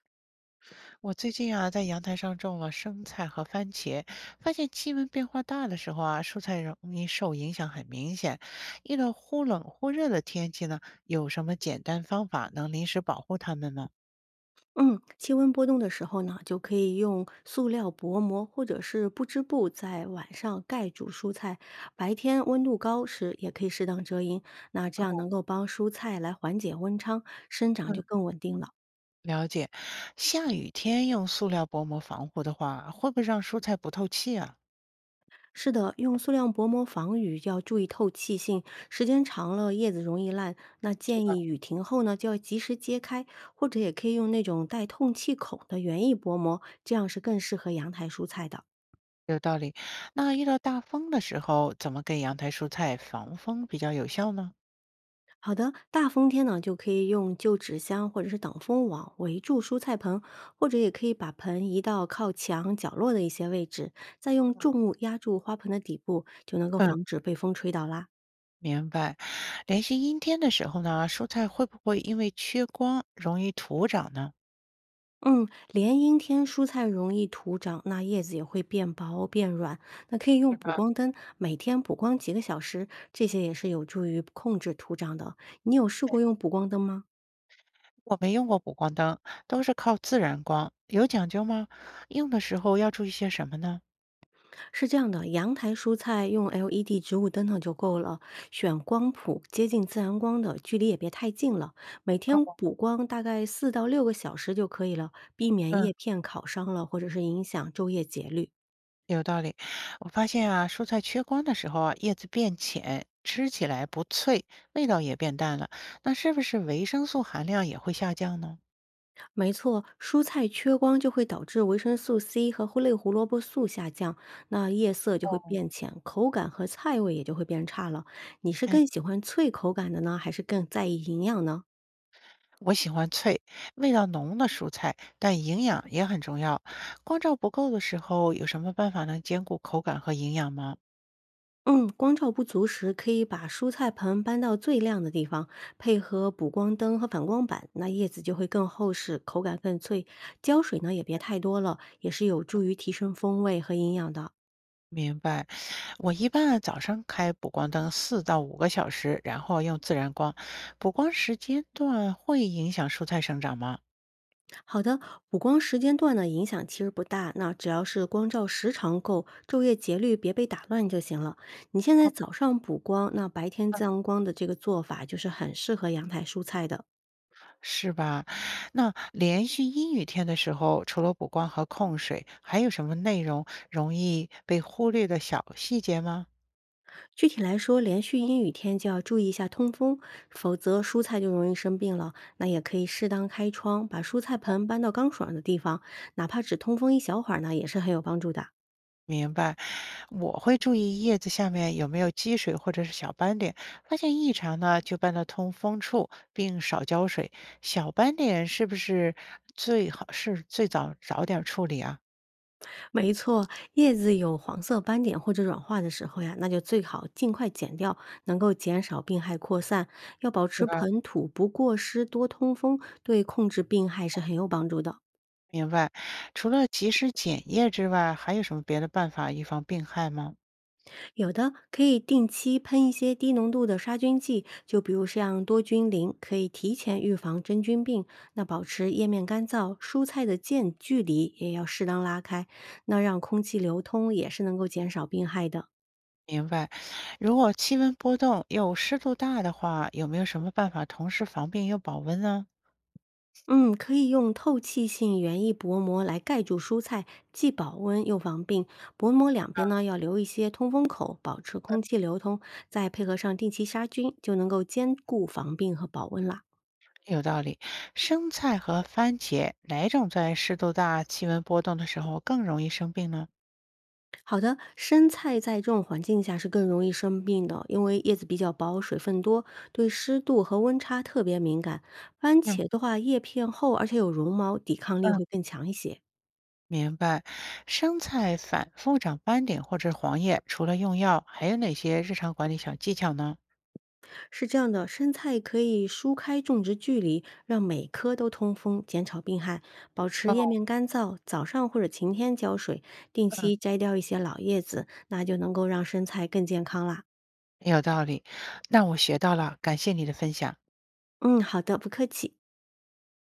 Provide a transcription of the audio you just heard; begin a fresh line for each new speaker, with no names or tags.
我最近啊，在阳台上种了生菜和番茄，发现气温变化大的时候啊，蔬菜容易受影响很明显。遇到忽冷忽热的天气呢，有什么简单方法能临时保护它们吗？
嗯，气温波动的时候呢，就可以用塑料薄膜或者是不织布在晚上盖住蔬菜，白天温度高时也可以适当遮阴，那这样
哦，
能够帮蔬菜来缓解温差，生长就
嗯，
更稳定了。
了解。下雨天用塑料薄膜防护的话，会不会让蔬菜不透气啊？
是的，用塑料薄膜防雨要注意透气性，时间长了叶子容易烂。那
是
建
吧？
议雨停后呢，就要及时揭开，或者也可以用那种带透气孔的园艺薄膜，这样是更适合阳台蔬菜的。
有道理。那遇到大风的时候，怎么给阳台蔬菜防风比较有效呢？
好的，大风天呢，就可以用旧纸箱或者是挡风网围住蔬菜盆，或者也可以把盆移到靠墙角落的一些位置，再用重物压住花盆的底部，就能够
嗯。
防止被风吹倒啦。
明白。连续阴天的时候呢，蔬菜会不会因为缺光容易徒长呢？
嗯，连阴天蔬菜容易徒长，那叶子也会变薄变软。那可以用补光灯，每天补光几个小时，这些也是有助于控制徒长的。你有试过用补光灯吗？
我没用过补光灯，都是靠自然光，有讲究吗？用的时候要注意些什么呢？
是这样的，阳台蔬菜用 LED 植物灯呢就够了，选光谱接近自然光的，距离也别太近了。每天
哦，
补光大概4到6个小时就可以了，避免
嗯，
叶片烤伤了或者是影响昼夜节律。
有道理。我发现啊，蔬菜缺光的时候啊，叶子变浅，吃起来不脆，味道也变淡了。那是不是维生素含量也会下降呢？
没错，蔬菜缺光就会导致维生素 C 和胡类胡萝卜素下降，那叶色就会变浅，口感和菜味也就会变差了。你是
哎，
更喜欢脆口感的呢，还是更在意营养呢？
我喜欢脆、味道浓的蔬菜，但营养也很重要。光照不够的时候，有什么办法能兼顾口感和营养吗？
嗯，光照不足时，可以把蔬菜盆搬到最亮的地方，配合补光灯和反光板，那叶子就会更厚实，口感更脆。浇水呢也别太多了，也是有助于提升风味和营养的。
明白，我一般啊早上开补光灯4到5个小时，然后用自然光。补光时间段会影响蔬菜生长吗？
好的，补光时间段呢影响其实不大，那只要是光照时长够，昼夜节律别被打乱就行了。你现在早上补光，那白天自然光的这个做法就是很适合阳台蔬菜的。
是吧？那连续阴雨天的时候，除了补光和控水，还有什么内容容易被忽略的小细节吗？
具体来说，连续阴雨天就要注意一下通风，否则蔬菜就容易生病了。那也可以适当开窗，把蔬菜盆搬到刚爽的地方，哪怕只通风一小会儿呢，也是很有帮助的。
明白，我会注意叶子下面有没有积水或者是小斑点，发现异常呢就搬到通风处，并少浇水。小斑点是不是最好是最早早点处理啊？
没错，叶子有黄色斑点或者软化的时候呀，那就最好尽快剪掉，能够减少病害扩散。要保持
对吧？
盆土不过湿、多通风，对控制病害是很有帮助的。
明白。除了及时剪叶之外，还有什么别的办法预防病害吗？
有的可以定期喷一些低浓度的杀菌剂，就比如像多菌灵，可以提前预防真菌病。那保持叶面干燥，蔬菜的间距离也要适当拉开，那让空气流通也是能够减少病害的。
明白。如果气温波动又湿度大的话，有没有什么办法同时防病又保温呢？
嗯，可以用透气性园艺薄膜来盖住蔬菜，既保温又防病。薄膜两边呢要留一些通风口，保持空气流通，再配合上定期杀菌，就能够兼顾防病和保温啦。
有道理，生菜和番茄哪种在湿度大、气温波动的时候更容易生病呢？
好的，生菜在这种环境下是更容易生病的，因为叶子比较薄，水分多，对湿度和温差特别敏感。番
嗯，
茄的话，叶片厚，而且有绒毛，抵抗力
嗯，
会更强一些。
明白。生菜反复长斑点或者黄叶，除了用药，还有哪些日常管理小技巧呢？
是这样的，生菜可以疏开种植距离，让每棵都通风，减少病害，保持
哦，
叶面干燥。早上或者晴天浇水，定
嗯。
期摘掉一些老叶子，那就能够让生菜更健康啦。
有道理，那我学到了，感谢你的分享。
嗯，好的，不客气。